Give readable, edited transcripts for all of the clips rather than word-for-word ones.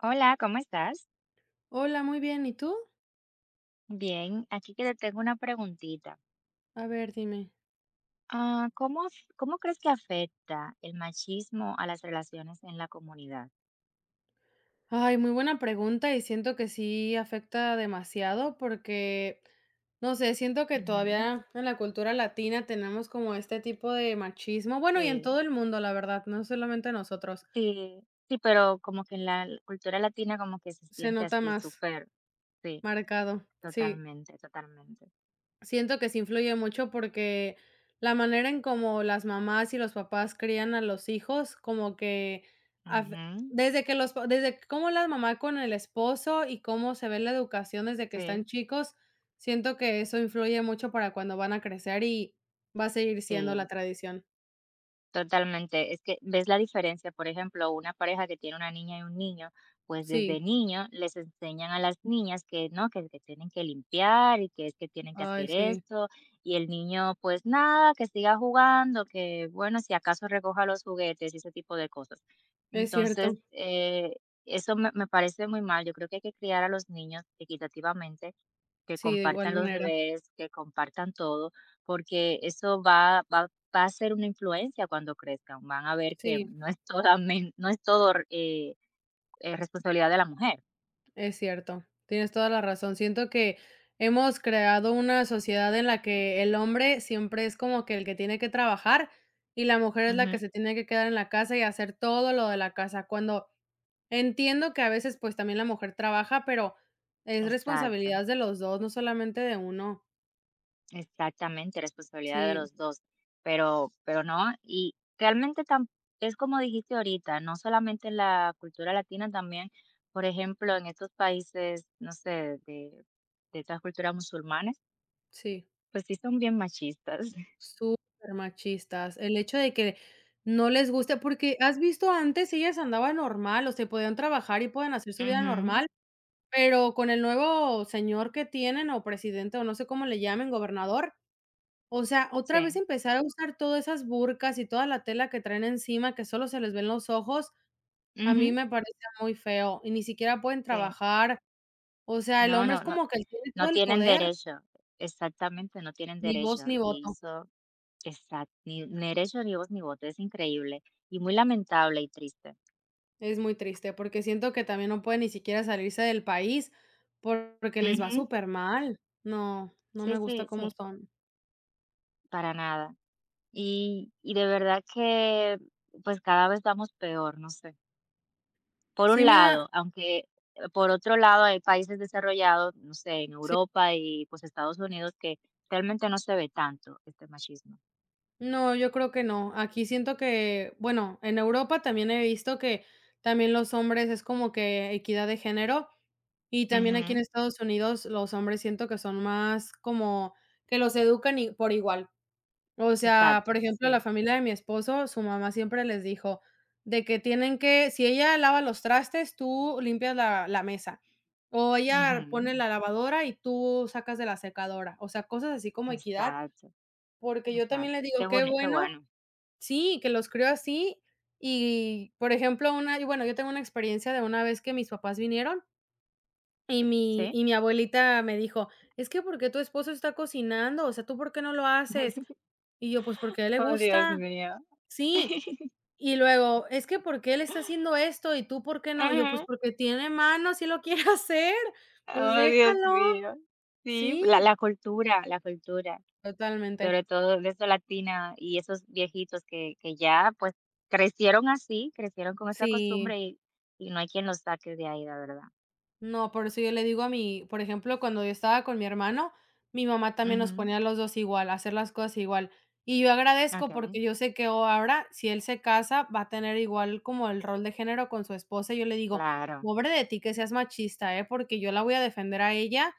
Hola, ¿cómo estás? Hola, muy bien, ¿y tú? Bien, aquí que te tengo una preguntita. A ver, dime. ¿Cómo, cómo crees que afecta el machismo a las relaciones en la comunidad? Ay, muy buena pregunta y siento que sí afecta demasiado porque, no sé, siento que Ujú, todavía en la cultura latina tenemos como este tipo de machismo, bueno, y en todo sí, el mundo, la verdad, no solamente nosotros, sí, sí, pero como que en la cultura latina como que se se siente nota así, más súper, sí, marcado, sí. totalmente, totalmente. Siento que sí influye mucho porque la manera en cómo las mamás y los papás crían a los hijos, como que af- Ujú, desde que desde cómo la mamá con el esposo y cómo se ve la educación desde que están sí, chicos, siento que eso influye mucho para cuando van a crecer y va a seguir siendo la sí, tradición. totalmente. Es que ves la diferencia, por ejemplo, una pareja que tiene una niña y un niño, pues desde Sí, niño les enseñan a las niñas que no, que tienen que limpiar y que tienen que ay, hacer sí, esto, y el niño pues nada, que siga jugando, que bueno, si acaso recoja los juguetes y ese tipo de cosas. es cierto. Entonces, eso me parece muy mal. Yo creo que hay que criar a los niños equitativamente, que Sí, de igual compartan los manera. deberes, que compartan todo, porque eso va va a ser una influencia cuando crezcan, van a ver que Sí. no es solamen no es todo, responsabilidad de la mujer. Es cierto, tienes toda la razón. Siento que hemos creado una sociedad en la que el hombre siempre es como que el que tiene que trabajar y la mujer es la que Ujú. se tiene que quedar en la casa y hacer todo lo de la casa, cuando entiendo que a veces, pues, también la mujer trabaja, pero es Exacto, responsabilidad de los 2, no solamente de uno. exactamente, responsabilidad de Sí, los 2. Pero no, y realmente tam es como dijiste ahorita, no solamente en la cultura latina, también, por ejemplo, en estos países, no sé, de estas culturas musulmanes, sí, pues sí son bien machistas. súper machistas. El hecho de que no les guste porque, ¿has visto antes? Ellas andaban normal, o sea, podían trabajar y pueden hacer su vida normal. Pero con el nuevo señor que tienen, o presidente, o no sé cómo le llamen, gobernador, o sea, otra vez Sí, empezar a usar todas esas burcas y toda la tela que traen encima, que solo se les ven los ojos, a mí ujú, me parece muy feo, y ni siquiera pueden sí. trabajar. O sea, el No, hombre es no, no, como que él tiene todo no el tienen poder, derecho. Exactamente, no tienen ni voz derecho. ni Y voto. eso, exacto, ni derecho, ni voz, ni voto. Es increíble y muy lamentable y triste. Es muy triste, porque siento que también no puede ni siquiera salirse del país, porque les va Ujú, súper mal. No, no sí, me gusta sí, cómo sí, son. para nada. Y de verdad que pues cada vez vamos peor, no sé. Por Sí un me da lado, aunque por otro lado hay países desarrollados, no sé, en sí. Europa y pues Estados Unidos que realmente no se ve tanto este machismo. No, yo creo que no. Aquí siento que, bueno, en Europa también he visto que también los hombres es como que equidad de género y también aquí en Ujú. Estados Unidos los hombres siento que son más como que los educan por igual. O sea, por Exacto, ejemplo, la sí. familia de mi esposo, su mamá siempre les dijo de que tienen que, si ella lava los trastes, tú limpias la mesa. O ella Ujú. pone la lavadora y tú sacas de la secadora. O sea, cosas así como equidad. Exacto, Porque yo también les exacto. Qué digo, qué bonito, qué bueno. bueno, Sí, que los crió así y, por ejemplo, una y bueno, yo tengo una experiencia de una vez que mis papás vinieron y mi sí. y mi abuelita me dijo: "Es que, ¿por qué tu esposo está cocinando? O sea, ¿tú por qué no lo haces?". Y yo: "Pues, porque a él le Oh, Dios gusta". mío. Sí. Y luego: "Es que, ¿por qué él está haciendo esto y tú por qué no?". Y yo: "Pues, Ajá. porque tiene manos y lo quiere hacer, pues Oh, Dios déjalo". mío. Sí, Sí, la cultura, la cultura, totalmente. sobre todo de eso latina y esos viejitos que ya, pues, crecieron así, crecieron con esa Sí. costumbre y no hay quien los saque de ahí, la verdad. No, por eso yo le digo a mi por ejemplo, cuando yo estaba con mi hermano, mi mamá también nos Ujú. ponía a los 2 igual, a hacer las cosas igual. Y yo agradezco Okey. porque yo sé que oh, ahora, si él se casa, va a tener igual como el rol de género con su esposa. Y yo le digo: Claro, "Pobre de ti que seas machista, ¿eh? Porque yo la voy a defender a ella,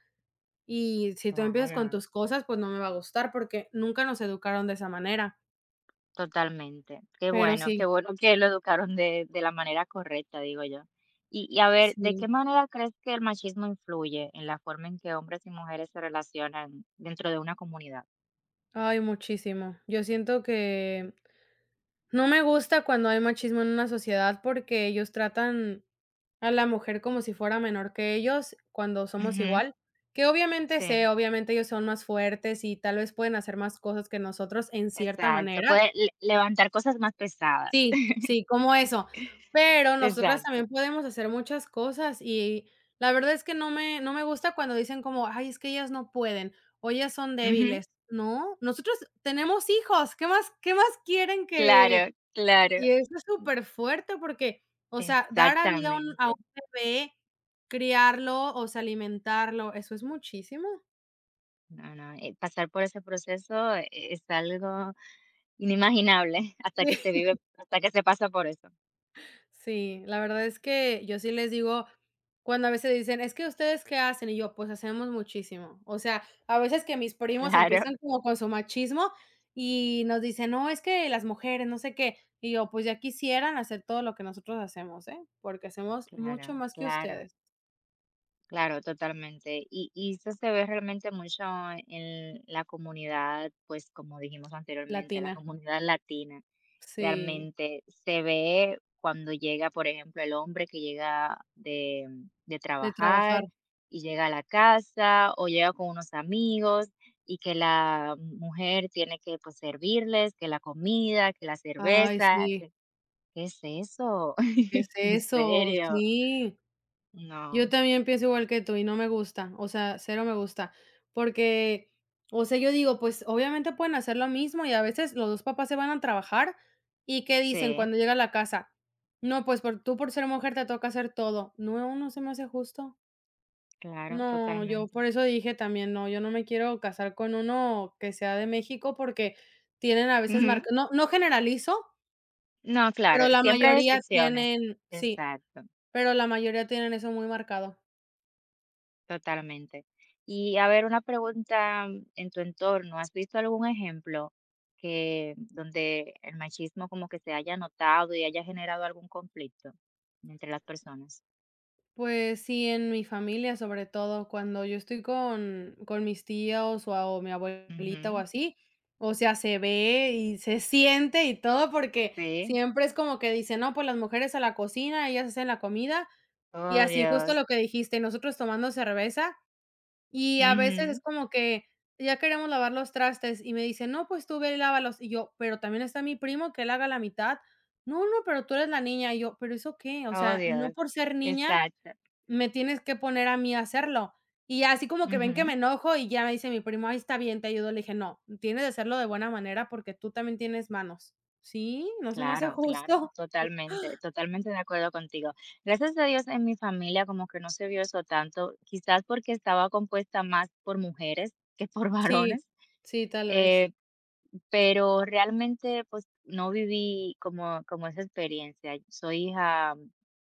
y si tú empiezas con claro. tus cosas, pues no me va a gustar", porque nunca nos educaron de esa manera. Totalmente. Pero Qué sí, bueno que lo educaron de la manera correcta, digo yo. Y a ver, ¿de sí. qué manera crees que el machismo influye en la forma en que hombres y mujeres se relacionan dentro de una comunidad? Ay, muchísimo. Yo siento que no me gusta cuando hay machismo en una sociedad porque ellos tratan a la mujer como si fuera menor que ellos cuando somos Ujú, igual, que obviamente sé, sí. obviamente ellos son más fuertes y tal vez pueden hacer más cosas que nosotros en cierta Exacto, manera. puede le levantar cosas más pesadas. Sí, sí, como eso, pero nosotras Exacto. también podemos hacer muchas cosas y la verdad es que no me gusta cuando dicen como: "Ay, es que ellas no pueden, o ellas son Ujú. débiles". No, nosotros tenemos hijos, ¿qué más quieren que Claro, claro. y eso es súper fuerte porque, o sea, dar a vida a Exactamente. un bebé, criarlo, o sea, alimentarlo, eso es muchísimo. No, no, pasar por ese proceso, es algo inimaginable hasta que Sí, se vive, hasta que se pasa por eso. sí, la verdad es que yo sí les digo, cuando a veces dicen: "Es que, ¿ustedes qué hacen?", y yo: "Pues hacemos muchísimo". O sea, a veces que mis primos Claro, empiezan como con su machismo y nos dicen: "No, es que las mujeres, no sé qué", y yo: "Pues ya quisieran hacer todo lo que nosotros hacemos, ¿eh?, porque hacemos claro, mucho más que claro, ustedes". claro, totalmente. Y eso se ve realmente mucho en la comunidad, pues como dijimos anteriormente, la Latina, comunidad latina. sí, Realmente se ve cuando llega, por ejemplo, el hombre que llega de de trabajar. trabajar y llega a la casa o llega con unos amigos y que la mujer tiene que pues servirles, que la comida, que la Ay, cerveza, sí, que, ¿qué es eso? ¿qué es ¿En eso? serio? Sí, yo No. también pienso igual que tú y no me gusta, o sea, cero me gusta, porque, o sea, yo digo, pues obviamente pueden hacer lo mismo y a veces los 2 papás se van a trabajar y ¿qué dicen Sí, cuando llega a la casa? No, pues por ser mujer te toca hacer todo. No, no se me hace justo. claro, No, yo totalmente. por eso dije también, no, yo no me quiero casar con uno que sea de México porque tienen a veces Ujú. marca no generalizo, No, pero claro, la siempre hay mayoría excepciones. tienen sí. Exacto, Pero la mayoría tienen eso muy marcado. totalmente. Y a ver, una pregunta, en tu entorno, ¿has visto algún ejemplo que donde el machismo como que se haya notado y haya generado algún conflicto entre las personas? Pues sí, en mi familia, sobre todo, cuando yo estoy con mis tíos o mi abuelita o Ujú, así, o sea, se ve y se siente y todo, porque sí. siempre es como que dicen: "No, pues las mujeres a la cocina, ellas hacen la comida", y Oh, así justo Dios. lo que dijiste, nosotros tomando cerveza. Y a veces es Ujú, como que ya queremos lavar los trastes y me dice: "No, pues tú ve y lávalos". Y yo: "Pero también está mi primo que él haga la mitad". "No, no, pero tú eres la niña". Y yo: "¿Pero eso qué?". O oh, sea, no Dios. por ser niña Exacto. me tienes que poner a mí a hacerlo. Y ya así como que ven que me enojo y ya me dice mi primo: ahí está bien, te ayudo". Le dije: "No, tienes de hacerlo de buena manera porque tú también tienes manos". Sí, no se me hace Claro, claro, justo. totalmente, totalmente de acuerdo contigo. Gracias a Dios en mi familia como que no se vio eso tanto, quizás porque estaba compuesta más por mujeres que por Sí, varones, sí, tal vez. eh, pero realmente pues no viví como, como esa experiencia. Soy hija,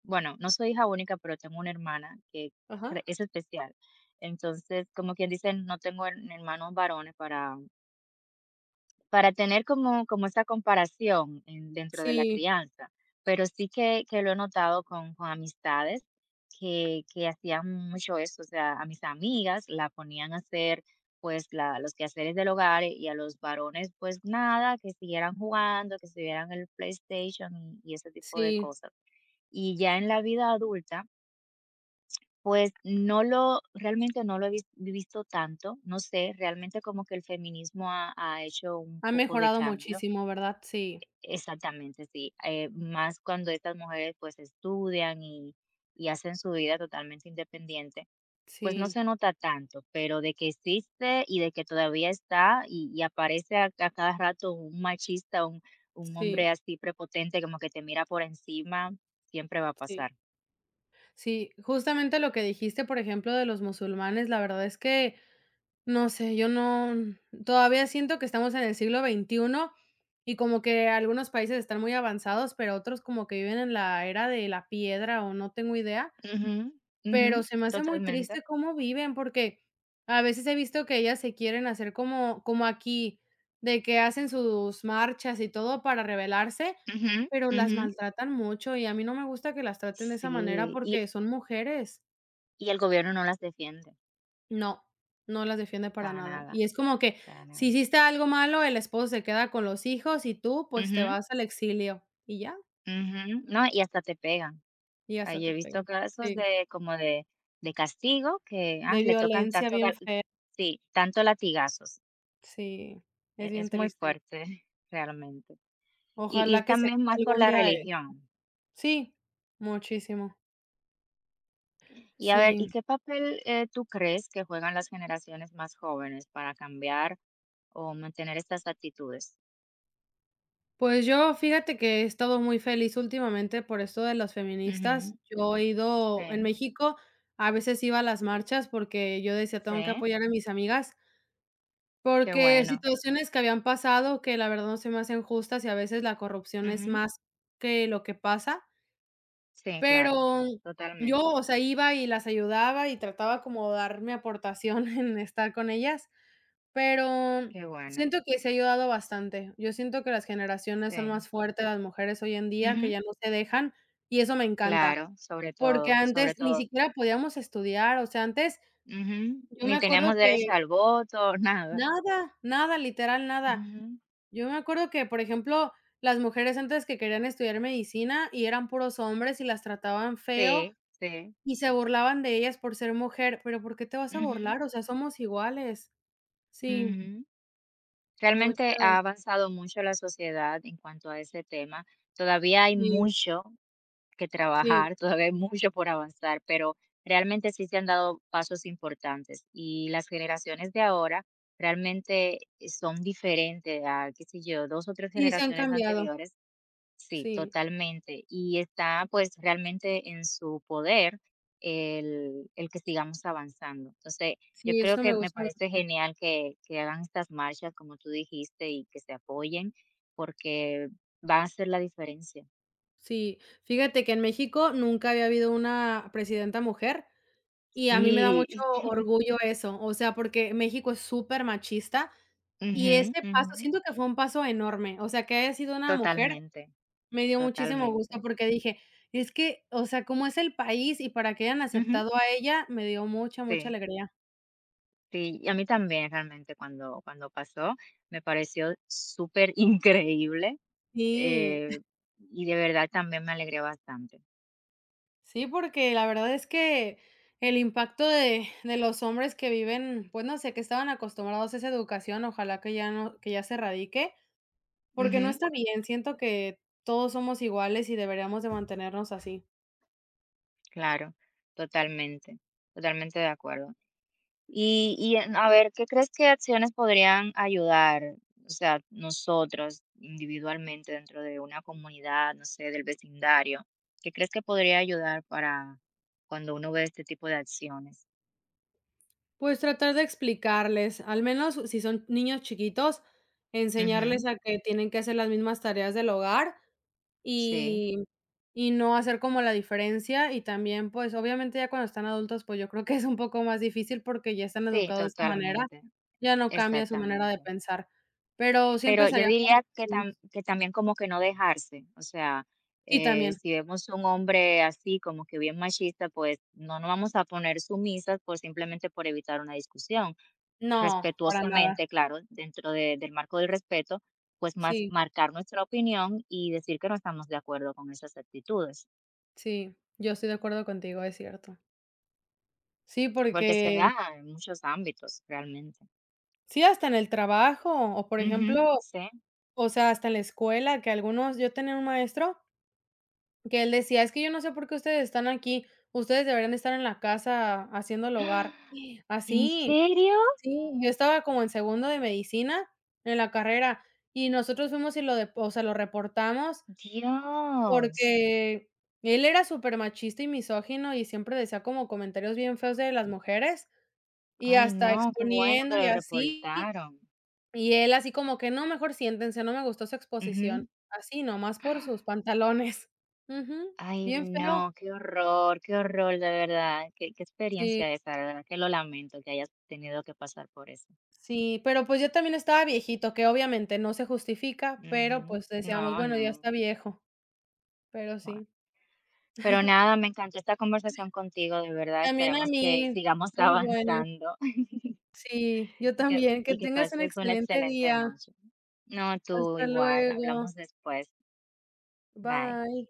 bueno, no soy hija única, pero tengo una hermana que Ajá. Es especial. Entonces, como quien dice, no tengo hermanos varones para tener como, como esa comparación en dentro de la Sí, crianza, pero sí que lo he notado con amistades que hacían mucho eso, o sea, a mis amigas la ponían a hacer, pues, la los quehaceres del hogar y a los varones, pues, nada, que siguieran jugando, que siguieran el PlayStation y ese tipo de sí. cosas. Y ya en la vida adulta, pues, no lo realmente no lo he vis visto tanto, no sé, realmente como que el feminismo ha hecho un Ha poco de mejorado cambio. muchísimo, ¿verdad? Sí, Exactamente, sí. Más cuando estas mujeres pues estudian y hacen su vida totalmente independiente, pues no sí. se nota tanto, pero de que existe y de que todavía está y aparece a cada rato un machista, un Sí, hombre así prepotente como que te mira por encima, siempre va a sí, pasar. sí, justamente lo que dijiste, por ejemplo, de los musulmanes, la verdad es que, no sé, yo no, todavía siento que estamos en el siglo XXI y como que algunos países están muy avanzados, pero otros como que viven en la era de la piedra o no tengo idea. Ujú, ujú, Pero se me hace muy totalmente. triste cómo viven, porque a veces he visto que ellas se quieren hacer como aquí, de que hacen sus marchas y todo para rebelarse, Ujú, pero las ujú. maltratan mucho, y a mí no me gusta que las traten de esa manera Sí, porque son mujeres. y el gobierno no las defiende, No, no las defiende para para nada. nada, Y es como que para si nada. hiciste algo malo, el esposo se queda con los hijos y tú, pues, te Ujú, vas al exilio, y ya, ujú. No, y hasta te pegan. y hasta Ahí te he visto pegan. casos Sí, de como de castigo que, ah, de le tocan violencia tanto bien gal fea. sí, tanto latigazos. Sí, es bien Es muy triste. fuerte realmente. Y Ojalá que se también quite más por algún la día el religión. sí, muchísimo. Y a ver, ¿y Sí, qué papel, tú crees que juegan las generaciones más jóvenes para cambiar o mantener estas actitudes? pues yo fíjate que he estado muy feliz últimamente por esto de las feministas. Ujú, Yo he sí, ido en México, a veces iba a las marchas porque yo decía: "Tengo que sí, apoyar a mis amigas", qué porque bueno. situaciones que habían pasado que la verdad no se me hacen justas y a veces la corrupción es Ujú, más que lo que pasa, sí, claro, pero yo, totalmente, o sea, iba y las ayudaba y trataba como dar mi aportación en estar con ellas. Pero qué bueno, siento que se ha ayudado bastante. Yo siento que las generaciones son sí, más fuertes, las mujeres hoy en día, que ujú, ya no se dejan, y eso me encanta, claro, sobre porque todo, antes sobre ni todo. siquiera podíamos estudiar, o sea, antes Ujú. yo me Ni acuerdo teníamos que derecho al voto, nada. nada, nada, literal nada. Ujú. Yo me acuerdo que, por ejemplo, las mujeres antes que querían estudiar medicina y eran puros hombres y las trataban feo Sí, sí. y se burlaban de ellas por ser mujer, pero ¿por qué te vas a Ujú, burlar? O sea, somos iguales. Sí, ujú. Realmente muchas, ha avanzado mucho la sociedad en cuanto a ese tema. Todavía hay sí, mucho que sí. trabajar, todavía hay mucho por avanzar, pero realmente sí se han dado pasos importantes. Y las generaciones de ahora realmente, son diferentes a, qué sé yo, 2 o 3 Sí, se han generaciones cambiado. anteriores. Sí, Sí. totalmente. Y está pues realmente en su poder el que sigamos avanzando. Entonces, yo Sí, creo eso que me me gusta parece mucho. genial que hagan estas marchas, como tú dijiste, y que se apoyen, porque va a hacer la diferencia. Sí, fíjate que en México nunca había habido una presidenta mujer y a mí me da mucho Sí, orgullo eso, o sea, porque México es súper machista y ujú, ese paso ujú, siento que fue un paso enorme, o sea, que haya sido una mujer totalmente, me dio muchísimo gusto totalmente. porque dije: "Es que, o sea, cómo es el país", y para que hayan Ujú, aceptado a ella me dio mucha, mucha sí. alegría. Sí, y a mí también realmente cuando pasó, me pareció súper increíble, Sí. eh, y de verdad también me alegré bastante. Sí, porque la verdad es que el impacto de los hombres que viven, pues, no sé, que estaban acostumbrados a esa educación, ojalá que ya no que ya se erradique, porque no Ujú, está bien, siento que todos somos iguales y deberíamos de mantenernos así. claro, totalmente, totalmente de acuerdo. En a ver, ¿qué crees que acciones podrían ayudar? O sea, nosotros individualmente dentro de una comunidad, no sé, del vecindario, ¿qué crees que podría ayudar para cuando uno ve este tipo de acciones? Pues tratar de explicarles, al menos si son niños chiquitos, Ujú, enseñarles a que tienen que hacer las mismas tareas del hogar. sí, Y y no hacer como la diferencia, y también, pues, obviamente, ya cuando están adultos, pues, yo creo que es un poco más difícil porque ya están sí, educados de esa manera, totalmente. ya no cambia su manera de Exactamente. pensar, pero sí Pero yo empezaría por los diría que niños. También como que no dejarse, o sea, Sí, también. si vemos un hombre así como que bien machista, pues no nos vamos a poner sumisas por simplemente por evitar una discusión. No, para nada. Respetuosamente, claro, dentro de del marco del respeto, pues más Sí, marcar nuestra opinión y decir que no estamos de acuerdo con esas actitudes, sí, yo estoy de acuerdo contigo, es cierto. Sí, porque se porque da en muchos ámbitos realmente. sí, hasta en el trabajo, o por Ujú, ejemplo, sí. o sea, hasta en la escuela, que algunos yo tenía un maestro que él decía: "Es que yo no sé por qué ustedes están aquí, ustedes deberían estar en la casa haciendo el hogar". ¿En Así, serio? sí, yo estaba como en segundo de medicina en la carrera y nosotros fuimos y lo de o sea, lo reportamos Dios. porque él era súper machista y misógino y siempre decía como comentarios bien feos de las mujeres y Ay, hasta no, qué bueno exponiendo que y lo así, reportaron. y él así como que: "No, mejor siéntense, no me gustó su exposición", Ujú. así nomás por sus pantalones. Ujú, Ay, bien feo, no, qué horror, de verdad. Qué, qué sí. experiencia esa, de verdad que lo lamento que hayas tenido que pasar por eso. Sí, pero, pues, yo también estaba viejito, que obviamente no se justifica, pero, Ujú. pues, decíamos: No, "Bueno, ya no. está viejo", pero Bueno. sí. Pero nada, me encantó esta conversación contigo, de verdad. También a Esperemos que mí, sigamos muy buena. avanzando Sí, yo también. Que y que tengas un pases una excelente excelente día. noche. No, tú Hasta igual, luego. hablamos después. Bye. Bye.